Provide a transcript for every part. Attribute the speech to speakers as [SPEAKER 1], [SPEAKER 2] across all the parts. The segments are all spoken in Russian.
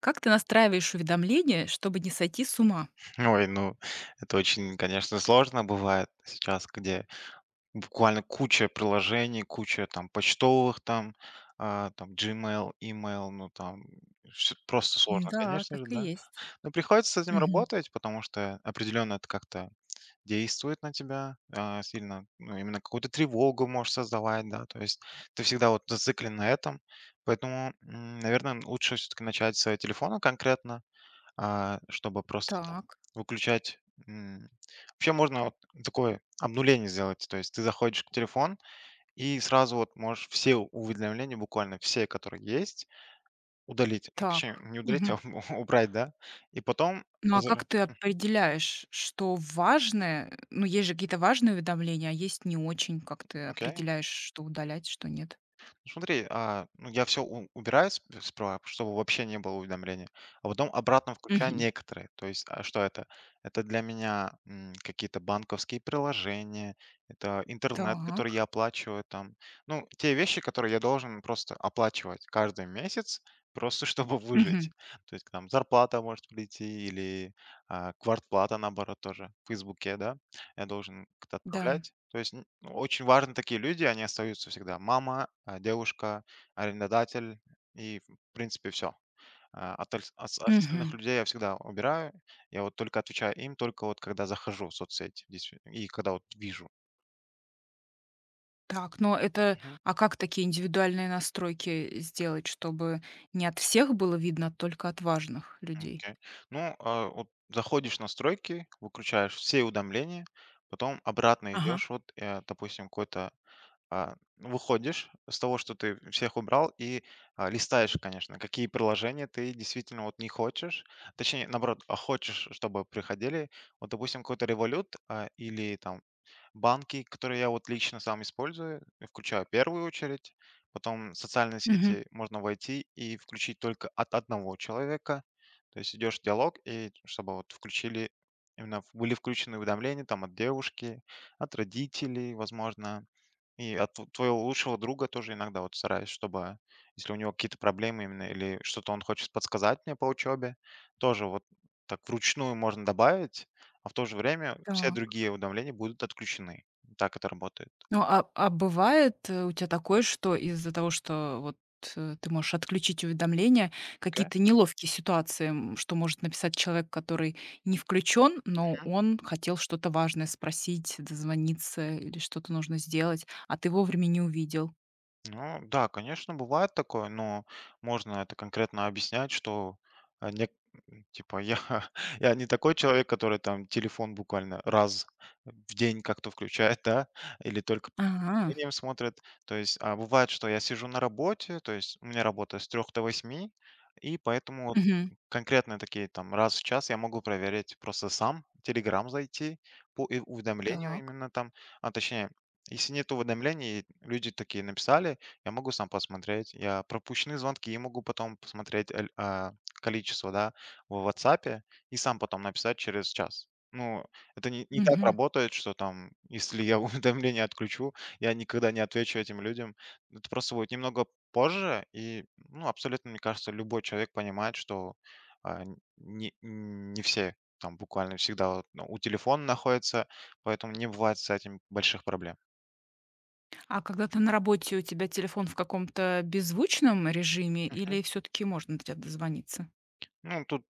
[SPEAKER 1] Как ты настраиваешь уведомления, чтобы не сойти с ума?
[SPEAKER 2] Ой, ну, это очень, конечно, сложно бывает сейчас, где буквально куча приложений, куча там почтовых там, там Gmail, email, ну там просто сложно,
[SPEAKER 1] Да,
[SPEAKER 2] конечно же,
[SPEAKER 1] так и
[SPEAKER 2] да.
[SPEAKER 1] есть.
[SPEAKER 2] Но приходится с этим
[SPEAKER 1] Мгм.
[SPEAKER 2] работать, потому что определенно это как-то действует на тебя сильно, ну, именно какую-то тревогу можешь создавать, да, то есть ты всегда вот зациклен на этом, поэтому, наверное, лучше все-таки начать с телефона конкретно, чтобы просто там
[SPEAKER 1] Так,
[SPEAKER 2] выключать. М, Вообще можно вот такое обнуление сделать, то есть ты заходишь в телефон и сразу вот можешь все уведомления, буквально все, которые есть, удалить. Ну, точнее,
[SPEAKER 1] так.
[SPEAKER 2] не удалить, а
[SPEAKER 1] Мгм.
[SPEAKER 2] убрать, да, и потом
[SPEAKER 1] Ну, а как
[SPEAKER 2] возра
[SPEAKER 1] ты
[SPEAKER 2] Мгм.
[SPEAKER 1] определяешь, что важное? Ну, есть же какие-то важные уведомления, а есть не очень. Как ты
[SPEAKER 2] Окей.
[SPEAKER 1] определяешь, что удалять, что нет?
[SPEAKER 2] Ну, смотри, я все убираю справа, чтобы вообще не было уведомления, а потом обратно включаю
[SPEAKER 1] Мгм.
[SPEAKER 2] некоторые. То есть, а что это? Это для меня какие-то банковские приложения, это интернет, который я
[SPEAKER 1] Так.
[SPEAKER 2] оплачиваю там. Ну, те вещи, которые я должен просто оплачивать каждый месяц, просто чтобы выжить.
[SPEAKER 1] Мгм.
[SPEAKER 2] То есть, там зарплата может прийти или квартплата, наоборот, тоже в Фейсбуке, да я должен как-то
[SPEAKER 1] Да.
[SPEAKER 2] отправлять. То есть ну, очень важны такие люди, они остаются всегда. Мама, девушка, арендодатель и, в принципе, все. От
[SPEAKER 1] Мгм.
[SPEAKER 2] остальных людей я всегда убираю. Я вот только отвечаю им, только вот когда захожу в соцсети действительно, и когда вот вижу.
[SPEAKER 1] Так, но это
[SPEAKER 2] Мгм.
[SPEAKER 1] а как такие индивидуальные настройки сделать, чтобы не от всех было видно, а только от важных людей?
[SPEAKER 2] Окей. Ну, вот заходишь в настройки, выключаешь все уведомления, потом обратно
[SPEAKER 1] Ага.
[SPEAKER 2] идешь, вот, допустим, какой-то выходишь с того, что ты всех убрал, и листаешь, конечно, какие приложения ты действительно вот не хочешь, точнее, наоборот, а хочешь, чтобы приходили, вот, допустим, какой-то Revolut или там банки, которые я вот лично сам использую, включаю в первую очередь, потом социальные
[SPEAKER 1] Мгм.
[SPEAKER 2] сети можно войти и включить только от одного человека, то есть идешь в диалог, и чтобы вот включили, именно были включены уведомления там от девушки, от родителей, возможно, и от тв твоего лучшего друга тоже иногда вот стараюсь, чтобы если у него какие-то проблемы именно или что-то он хочет подсказать мне по учебе, тоже вот так вручную можно добавить, а в то же время все другие уведомления будут отключены. Так это работает.
[SPEAKER 1] Ну, а бывает, у тебя такое, что из-за того, что вот, ты можешь отключить уведомления,
[SPEAKER 2] Окей.
[SPEAKER 1] какие-то неловкие ситуации, что может написать человек, который не включен, но
[SPEAKER 2] Мгм.
[SPEAKER 1] он хотел что-то важное спросить, дозвониться или что-то нужно сделать, а ты вовремя не увидел?
[SPEAKER 2] Ну да, конечно, бывает такое, но можно это конкретно объяснять, что, не типа я я не такой человек, который там телефон буквально раз в день как-то включает, да, или только
[SPEAKER 1] А,
[SPEAKER 2] Medium смотрят. То есть, бывает, что я сижу на работе, то есть у меня работа с 3 до 8, и поэтому вот
[SPEAKER 1] мгм.
[SPEAKER 2] конкретно такие там раз в час я могу проверять просто сам, в Telegram зайти по и уведомлению
[SPEAKER 1] Так.
[SPEAKER 2] именно там. А точнее, если нет уведомлений, люди такие написали, я могу сам посмотреть. Я пропущенные звонки могу потом посмотреть количество, да, в "Ватсапе" и сам потом написать через час. Ну, это не так
[SPEAKER 1] Мгм.
[SPEAKER 2] работает, что там, если я уведомления отключу, я никогда не отвечу этим людям. Это просто будет немного позже, и, ну, абсолютно, мне кажется, любой человек понимает, что не все там буквально всегда вот, ну, у телефона находятся, поэтому не бывает с этим больших проблем.
[SPEAKER 1] А когда ты на работе, у тебя телефон в каком-то беззвучном режиме
[SPEAKER 2] Мгм.
[SPEAKER 1] или все таки можно до тя дозвониться?
[SPEAKER 2] Ну, тут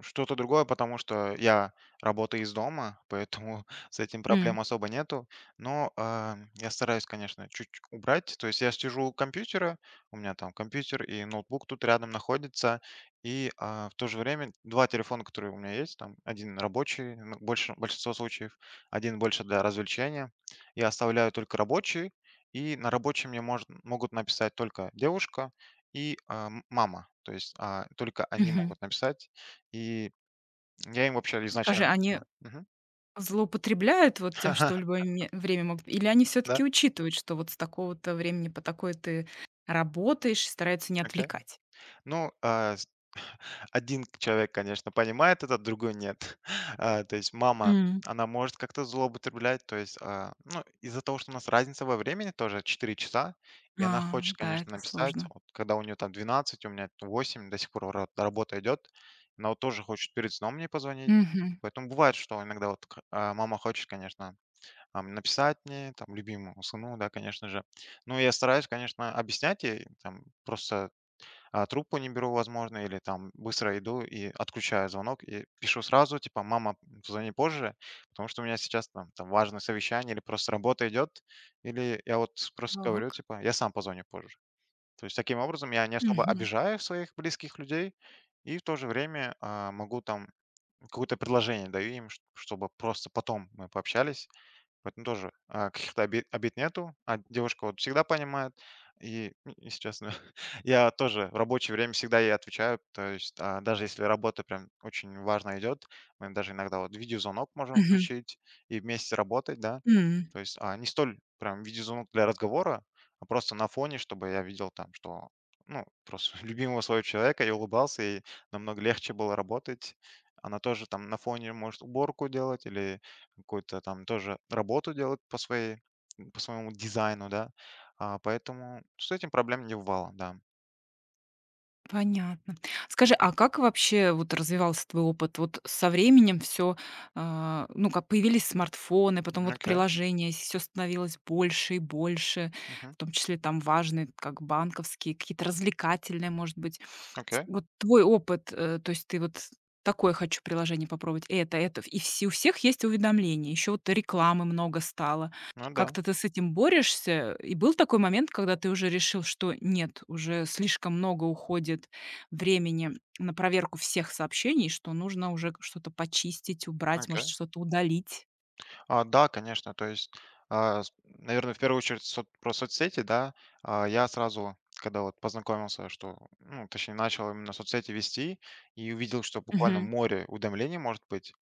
[SPEAKER 2] что-то другое, потому что я работаю из дома, поэтому с этим
[SPEAKER 1] М,
[SPEAKER 2] проблем особо нету. Но я стараюсь, конечно, чуть убрать. То есть я сижу у компьютера, у меня там компьютер и ноутбук тут рядом находится. И в то же время два телефона, которые у меня есть, там один рабочий, ну, больше, большинство случаев, один больше для развлечения. Я оставляю только рабочий, и на рабочем мне могут написать только девушка и мама. То есть только они
[SPEAKER 1] мгм.
[SPEAKER 2] могут написать. И я им вообще
[SPEAKER 1] Скажи,
[SPEAKER 2] изначально
[SPEAKER 1] они
[SPEAKER 2] типа. Мгм.
[SPEAKER 1] злоупотребляют вот тем, что в любое ме время могут или они все
[SPEAKER 2] Да,
[SPEAKER 1] таки учитывают, что вот с такого-то времени по такой ты работаешь, и стараются не
[SPEAKER 2] окей.
[SPEAKER 1] отвлекать?
[SPEAKER 2] Ну, а, с один человек, конечно, понимает это, другой нет. То есть мама,
[SPEAKER 1] М.
[SPEAKER 2] она может как-то злоупотреблять, то есть, ну, из-за того, что у нас разница во времени тоже 4 часа, и она
[SPEAKER 1] А,
[SPEAKER 2] хочет,
[SPEAKER 1] да,
[SPEAKER 2] конечно,
[SPEAKER 1] это
[SPEAKER 2] написать,
[SPEAKER 1] сложно.
[SPEAKER 2] вот когда у нее там 12, у меня 8, до сих пор ра работа идет, она вот тоже хочет перед сном мне позвонить.
[SPEAKER 1] Мгм.
[SPEAKER 2] Поэтому бывает, что иногда вот мама хочет, конечно, написать мне, там, любимому сыну, да, конечно же. Ну, я стараюсь, конечно, объяснять ей, там, просто, трубку не беру, возможно, или там быстро иду и отключаю звонок, и пишу сразу, типа: "Мама, позвони позже, потому что у меня сейчас там важное совещание или просто работа идет". Или я вот просто говорю,
[SPEAKER 1] Так.
[SPEAKER 2] типа: "Я сам позвоню позже". То есть таким образом я не особо
[SPEAKER 1] Мгм.
[SPEAKER 2] обижаю своих близких людей и в то же время, могу там какое-то предложение даю им, чт чтобы просто потом мы пообщались. Поэтому тоже, каких-то обид нету, а девушка вот всегда понимает. И, если честно, я тоже в рабочее время всегда ей отвечаю. То есть, даже если работа прям очень важная идет, мы даже иногда вот видеозвонок можем
[SPEAKER 1] Мгм.
[SPEAKER 2] включить и вместе работать, да.
[SPEAKER 1] М.
[SPEAKER 2] То есть, не столь прям видеозвонок для разговора, а просто на фоне, чтобы я видел там, что, ну, просто любимого своего человека, я улыбался, и намного легче было работать. Она тоже там на фоне может уборку делать или какую-то там тоже работу делают по своему дизайну, да. Поэтому с этим проблем не бывало, да.
[SPEAKER 1] Понятно. Скажи, а как вообще вот развивался твой опыт? Вот со временем все, ну, как появились смартфоны,
[SPEAKER 2] М,
[SPEAKER 1] потом вот
[SPEAKER 2] окей.
[SPEAKER 1] приложения, все становилось больше и больше,
[SPEAKER 2] Мгм.
[SPEAKER 1] в том числе там важные, как банковские, какие-то развлекательные, может быть. С
[SPEAKER 2] Окей.
[SPEAKER 1] Вот твой опыт, то есть ты вот: «Такое хочу приложение попробовать, это, это». И все у всех есть уведомления, еще вот рекламы много стало.
[SPEAKER 2] Ну да,
[SPEAKER 1] Как-то ты с этим борешься? И был такой момент, когда ты уже решил, что нет, уже слишком много уходит времени на проверку всех сообщений, что нужно уже что-то почистить, убрать, может,
[SPEAKER 2] окей.
[SPEAKER 1] что-то удалить?
[SPEAKER 2] Да, конечно. То есть, наверное, в первую очередь сот про соцсети, да. Я сразу, когда вот познакомился, что, ну, точнее, начал именно соцсети вести и увидел, что буквально
[SPEAKER 1] Мгм.
[SPEAKER 2] море уведомлений может быть,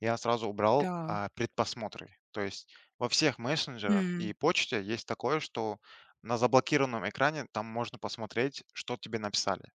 [SPEAKER 2] я сразу убрал,
[SPEAKER 1] Да.
[SPEAKER 2] предпосмотры. То есть во всех мессенджерах и
[SPEAKER 1] М.
[SPEAKER 2] почте есть такое, что на заблокированном экране там можно посмотреть, что тебе написали.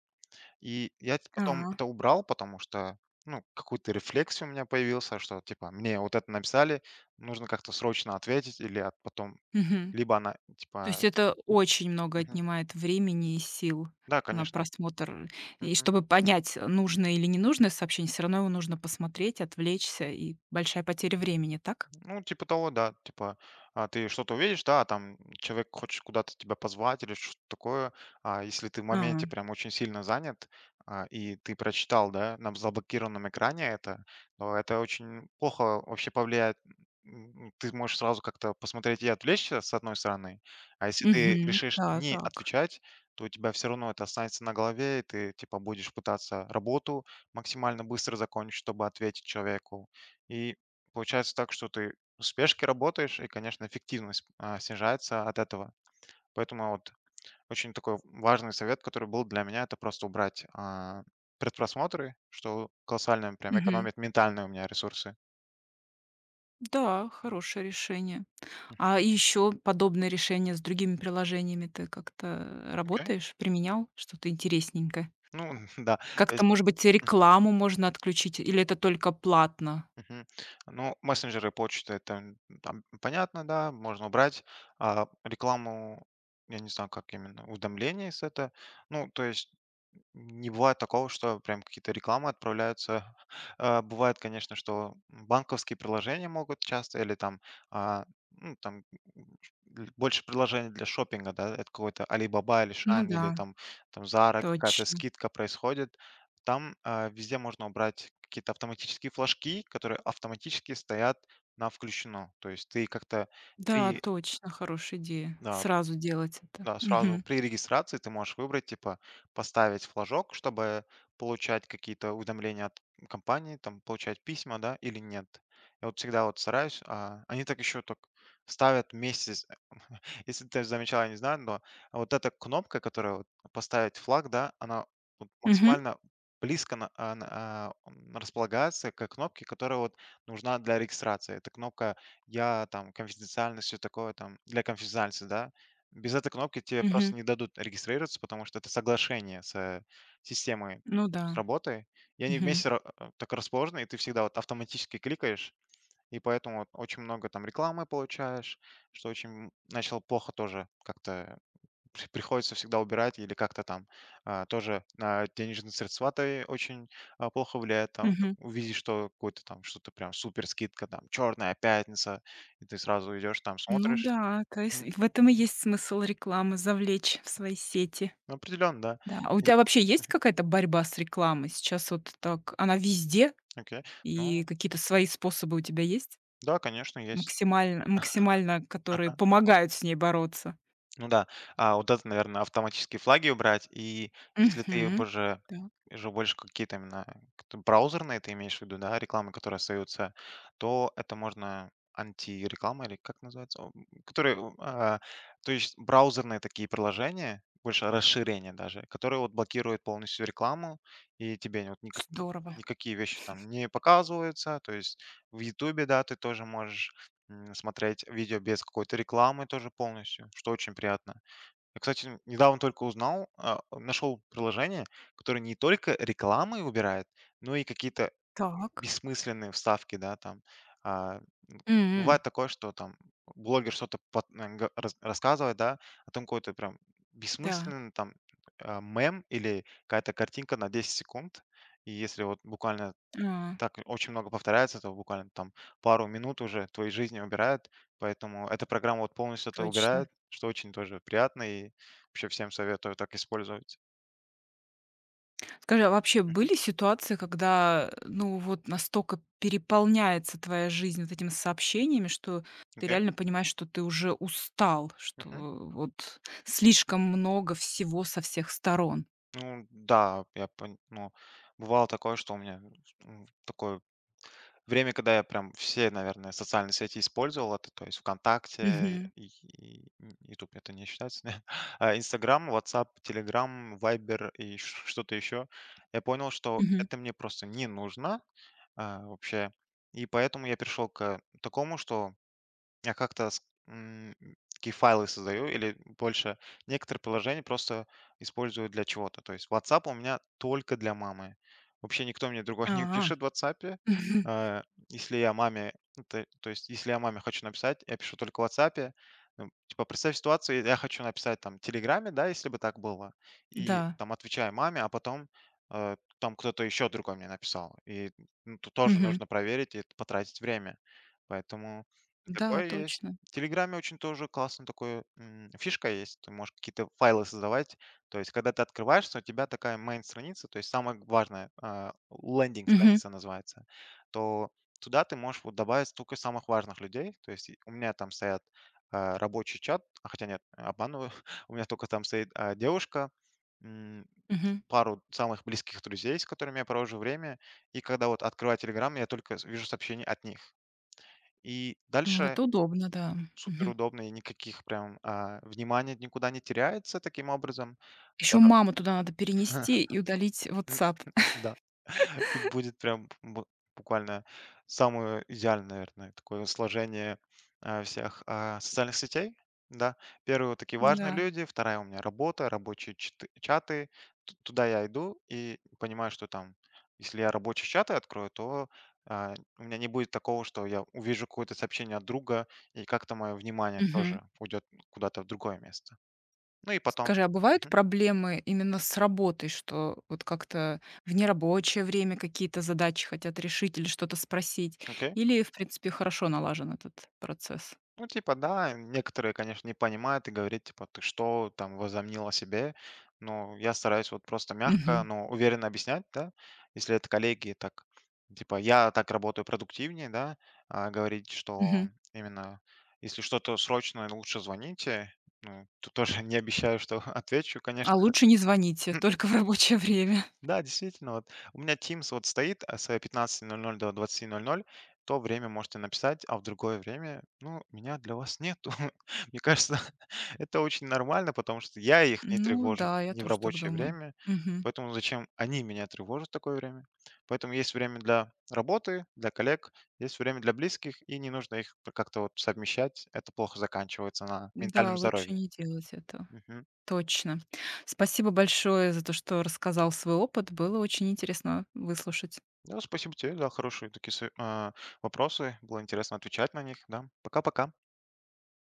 [SPEAKER 2] И я т потом
[SPEAKER 1] А.
[SPEAKER 2] это убрал, потому что, ну, какой-то рефлекс у меня появился, что типа мне вот это написали, нужно как-то срочно ответить или от потом
[SPEAKER 1] Мгм.
[SPEAKER 2] либо она
[SPEAKER 1] То есть
[SPEAKER 2] типа
[SPEAKER 1] это очень много
[SPEAKER 2] мгм.
[SPEAKER 1] отнимает времени и сил
[SPEAKER 2] Да,
[SPEAKER 1] на
[SPEAKER 2] конечно, вот.
[SPEAKER 1] просмотр. И
[SPEAKER 2] Мгм.
[SPEAKER 1] чтобы понять, нужное или ненужное сообщение, все равно его нужно посмотреть, отвлечься, и большая потеря времени, так?
[SPEAKER 2] Ну, типа того, да. Типа, ты что-то увидишь, да, а там человек хочет куда-то тебя позвать или что-то такое. А если ты в
[SPEAKER 1] А.
[SPEAKER 2] моменте прям очень сильно занят, и ты прочитал, да, на заблокированном экране это, то это очень плохо вообще повлияет. Ты можешь сразу как-то посмотреть и отвлечься, с одной стороны. А если ты
[SPEAKER 1] Мгм.
[SPEAKER 2] решишь
[SPEAKER 1] Да,
[SPEAKER 2] не
[SPEAKER 1] так.
[SPEAKER 2] отвечать, то у тебя все равно это останется на голове, и ты, типа, будешь пытаться работу максимально быстро закончить, чтобы ответить человеку. И получается так, что ты в спешке работаешь, и, конечно, эффективность, снижается от этого. Поэтому вот очень такой важный совет, который был для меня, это просто убрать, предпросмотры, что колоссально прям
[SPEAKER 1] Мгм.
[SPEAKER 2] экономит ментальные у меня ресурсы.
[SPEAKER 1] Да, хорошее решение.
[SPEAKER 2] М,
[SPEAKER 1] А еще подобное решение с другими приложениями ты как-то
[SPEAKER 2] окей.
[SPEAKER 1] работаешь, применял? Что-то интересненькое?
[SPEAKER 2] Ну да, то
[SPEAKER 1] Как-то,
[SPEAKER 2] есть
[SPEAKER 1] может быть, рекламу можно отключить или это только платно?
[SPEAKER 2] мгм. Ну, мессенджеры, почта- это, там понятно, да, можно убрать. А рекламу, я не знаю, как именно, уведомления с это. Ну, то есть не бывает такого, что прям какие-то рекламы отправляются. Бывает, конечно, что банковские приложения могут часто или там, а, ну, там м, л больше приложений для шопинга, да, это какой-то Alibaba или
[SPEAKER 1] Ну
[SPEAKER 2] Shein,
[SPEAKER 1] да,
[SPEAKER 2] или там Zara, какая-то
[SPEAKER 1] точно.
[SPEAKER 2] скидка происходит. Там, везде можно убрать какие-то автоматические флажки, которые автоматически стоят на "включено". То есть ты как-то
[SPEAKER 1] Да,
[SPEAKER 2] при
[SPEAKER 1] точно, хорошая идея.
[SPEAKER 2] да.
[SPEAKER 1] Сразу делать это.
[SPEAKER 2] Да, сразу
[SPEAKER 1] Мгм.
[SPEAKER 2] при регистрации ты можешь выбрать, типа, поставить флажок, чтобы получать какие-то уведомления от компании, там, получать письма, да, или нет. Я вот всегда вот стараюсь, они так еще так ставят вместе если ты замечала, я не знаю, но вот эта кнопка, которая вот поставить флаг, да, она вот
[SPEAKER 1] Мгм.
[SPEAKER 2] максимально близко располагается к кнопке, которая вот нужна для регистрации. Это кнопка «Я», там, «Конфиденциальность», все такое, там, для конфиденциальности, да. Без этой кнопки тебе просто
[SPEAKER 1] Мгм.
[SPEAKER 2] не дадут регистрироваться, потому что это соглашение с системой, то есть
[SPEAKER 1] Ну да.
[SPEAKER 2] с работой, и они
[SPEAKER 1] Мгм.
[SPEAKER 2] вместе так расположены, и ты всегда вот автоматически кликаешь, и поэтому вот очень много там рекламы получаешь, что очень начал плохо тоже как-то приходится всегда убирать или как-то там тоже на денежные средства ты очень плохо влияет. Там,
[SPEAKER 1] Мгм.
[SPEAKER 2] увидишь, что какой-то там что-то прям супер скидка, там черная пятница, и ты сразу идешь там
[SPEAKER 1] Ну
[SPEAKER 2] смотришь.
[SPEAKER 1] да, то
[SPEAKER 2] Мгм.
[SPEAKER 1] есть в этом и есть смысл рекламы завлечь в свои сети.
[SPEAKER 2] Ну, определенно, да.
[SPEAKER 1] Да. А у
[SPEAKER 2] И-
[SPEAKER 1] тебя вообще есть
[SPEAKER 2] Мгм.
[SPEAKER 1] какая-то борьба с рекламой? Сейчас вот так она везде,
[SPEAKER 2] Окей.
[SPEAKER 1] и
[SPEAKER 2] Ну,
[SPEAKER 1] какие-то свои способы у тебя есть?
[SPEAKER 2] да, конечно, есть.
[SPEAKER 1] Максимально которые помогают с ней бороться?
[SPEAKER 2] Ну да, вот это, наверное, автоматические флаги убрать. И если ты
[SPEAKER 1] Мгм.
[SPEAKER 2] боже
[SPEAKER 1] Так,
[SPEAKER 2] уже больше какие-то именно кт браузерные, ты имеешь в виду, да, рекламы, которые остаются, то это можно антиреклама или как называется? О, то есть браузерные такие приложения, больше расширения даже, которые вот блокируют полностью рекламу, и тебе вот никак
[SPEAKER 1] здорово.
[SPEAKER 2] никакие вещи там не показываются. То есть в "Ютубе", да, ты тоже можешь смотреть видео без какой-то рекламы тоже полностью, что очень приятно. Я, кстати, недавно только узнал, нашел приложение, которое не только рекламы убирает, но и какие-то
[SPEAKER 1] Так.
[SPEAKER 2] бессмысленные вставки, да, там. А, м,
[SPEAKER 1] М.
[SPEAKER 2] Бывает такое, что там блогер что-то пот м, га рас рассказывает, да, а там какой-то прям
[SPEAKER 1] Да.
[SPEAKER 2] бессмысленный там, мем или какая-то картинка на 10 секунд. И если вот буквально
[SPEAKER 1] А,
[SPEAKER 2] так очень много повторяется, это буквально там пару минут уже твоей жизни убирает, поэтому эта программа вот полностью это
[SPEAKER 1] точно.
[SPEAKER 2] убирает, что очень тоже приятно, и вообще всем советую так использовать.
[SPEAKER 1] Скажи, а вообще
[SPEAKER 2] Мгм.
[SPEAKER 1] были ситуации, когда, ну, вот настолько переполняется твоя жизнь вот этими сообщениями, что ты
[SPEAKER 2] Окей.
[SPEAKER 1] реально понимаешь, что ты уже устал, что
[SPEAKER 2] Мгм.
[SPEAKER 1] вот слишком много всего со всех сторон?
[SPEAKER 2] Ну да, я пон ну, бывало такое, что у меня, такой время, когда я прям все, наверное, социальные сети использовал, это, то есть "ВКонтакте",
[SPEAKER 1] Мгм.
[SPEAKER 2] и "Ютуб" это не считается, "Инстаграм", WhatsApp, Telegram, "Вайбер" и ш что-то еще. Я понял, что
[SPEAKER 1] Мгм.
[SPEAKER 2] это мне просто не нужно, вообще. И поэтому я перешел к такому, что я как-то такие файлы создаю или больше некоторые приложения просто использую для чего-то. То есть WhatsApp у меня только для мамы. Вообще никто мне другой
[SPEAKER 1] А.
[SPEAKER 2] не пишет в WhatsApp.
[SPEAKER 1] Мгм.
[SPEAKER 2] Э, Если я маме, ну, то есть если я маме хочу написать, я пишу только в WhatsApp. Ну, типа, представь ситуацию, я хочу написать там в Телеграме, да, если бы так было, и
[SPEAKER 1] Да.
[SPEAKER 2] там отвечаю маме, а потом там кто-то еще другой мне написал. И ну, тут тоже
[SPEAKER 1] Мгм.
[SPEAKER 2] нужно проверить и потратить время. Поэтому и
[SPEAKER 1] Да,
[SPEAKER 2] такое есть.
[SPEAKER 1] точно.
[SPEAKER 2] В "Телеграме" очень тоже классно такое, фишка есть. Ты можешь какие-то файлы создавать. То есть, когда ты открываешься, у тебя такая main страница то есть самая важная,
[SPEAKER 1] Мгм.
[SPEAKER 2] лендинг-страница называется. То Туда ты можешь вот добавить только самых важных людей. То есть и у меня там стоят, рабочий чат, а, хотя нет, обманываю. У меня только там стоит, девушка, м,
[SPEAKER 1] Мгм.
[SPEAKER 2] пару самых близких друзей, с которыми я провожу время. И когда вот открываю "Телеграм", я только вижу сообщения от них. И
[SPEAKER 1] Ну,
[SPEAKER 2] дальше
[SPEAKER 1] это удобно, да.
[SPEAKER 2] Супер удобно и никаких прям, внимание никуда не теряется таким образом.
[SPEAKER 1] Еще
[SPEAKER 2] Второ
[SPEAKER 1] маму туда надо перенести и удалить
[SPEAKER 2] М,
[SPEAKER 1] WhatsApp.
[SPEAKER 2] да. И будет прям бу буквально самое идеальное, наверное, такое сложение, всех, социальных сетей. Да, первая вот такие важные
[SPEAKER 1] Да.
[SPEAKER 2] люди, вторая у меня работа, рабочие чты чаты. Т Туда я иду и понимаю, что там, если я рабочие чаты открою, то, у меня не будет такого, что я увижу какое-то сообщение от друга, и как-то мое внимание
[SPEAKER 1] Мгм.
[SPEAKER 2] тоже уйдет куда-то в другое место. Ну и потом.
[SPEAKER 1] Скажи, а бывают
[SPEAKER 2] Мгм.
[SPEAKER 1] проблемы именно с работой, что вот как-то в нерабочее время какие-то задачи хотят решить или что-то спросить?
[SPEAKER 2] Окей.
[SPEAKER 1] Или, в принципе, хорошо налажен этот процесс?
[SPEAKER 2] Ну, типа, да, некоторые, конечно, не понимают и говорят, типа, ты что там возомнил о себе? Но я стараюсь вот просто мягко,
[SPEAKER 1] Мгм.
[SPEAKER 2] но уверенно объяснять, да, если это коллеги, так, типа, я так работаю продуктивнее, да, говорить, что
[SPEAKER 1] Мгм.
[SPEAKER 2] именно если что-то срочное, лучше звоните, ну, тут тоже не обещаю, что отвечу, конечно
[SPEAKER 1] А
[SPEAKER 2] же.
[SPEAKER 1] лучше не звоните, только в рабочее время.
[SPEAKER 2] Да, действительно, вот у меня Teams вот стоит с 15:00 до 20:00, то время можете написать, а в другое время, ну, меня для вас нету. Мне кажется, это очень нормально, потому что я их не
[SPEAKER 1] Ну
[SPEAKER 2] тревожу
[SPEAKER 1] да, я
[SPEAKER 2] не в
[SPEAKER 1] тоже так
[SPEAKER 2] рабочее
[SPEAKER 1] думаю.
[SPEAKER 2] время,
[SPEAKER 1] Мгм.
[SPEAKER 2] поэтому зачем они меня тревожат в такое время? Поэтому есть время для работы, для коллег, есть время для близких, и не нужно их как-то вот совмещать. Это плохо заканчивается на
[SPEAKER 1] Да,
[SPEAKER 2] ментальном
[SPEAKER 1] лучше
[SPEAKER 2] здоровье.
[SPEAKER 1] не делать этого.
[SPEAKER 2] Мгм.
[SPEAKER 1] Точно. Спасибо большое за то, что рассказал свой опыт. Было очень интересно выслушать.
[SPEAKER 2] Ну, спасибо тебе за хорошие такие вопросы. Было интересно отвечать на них. Да. Пока-пока.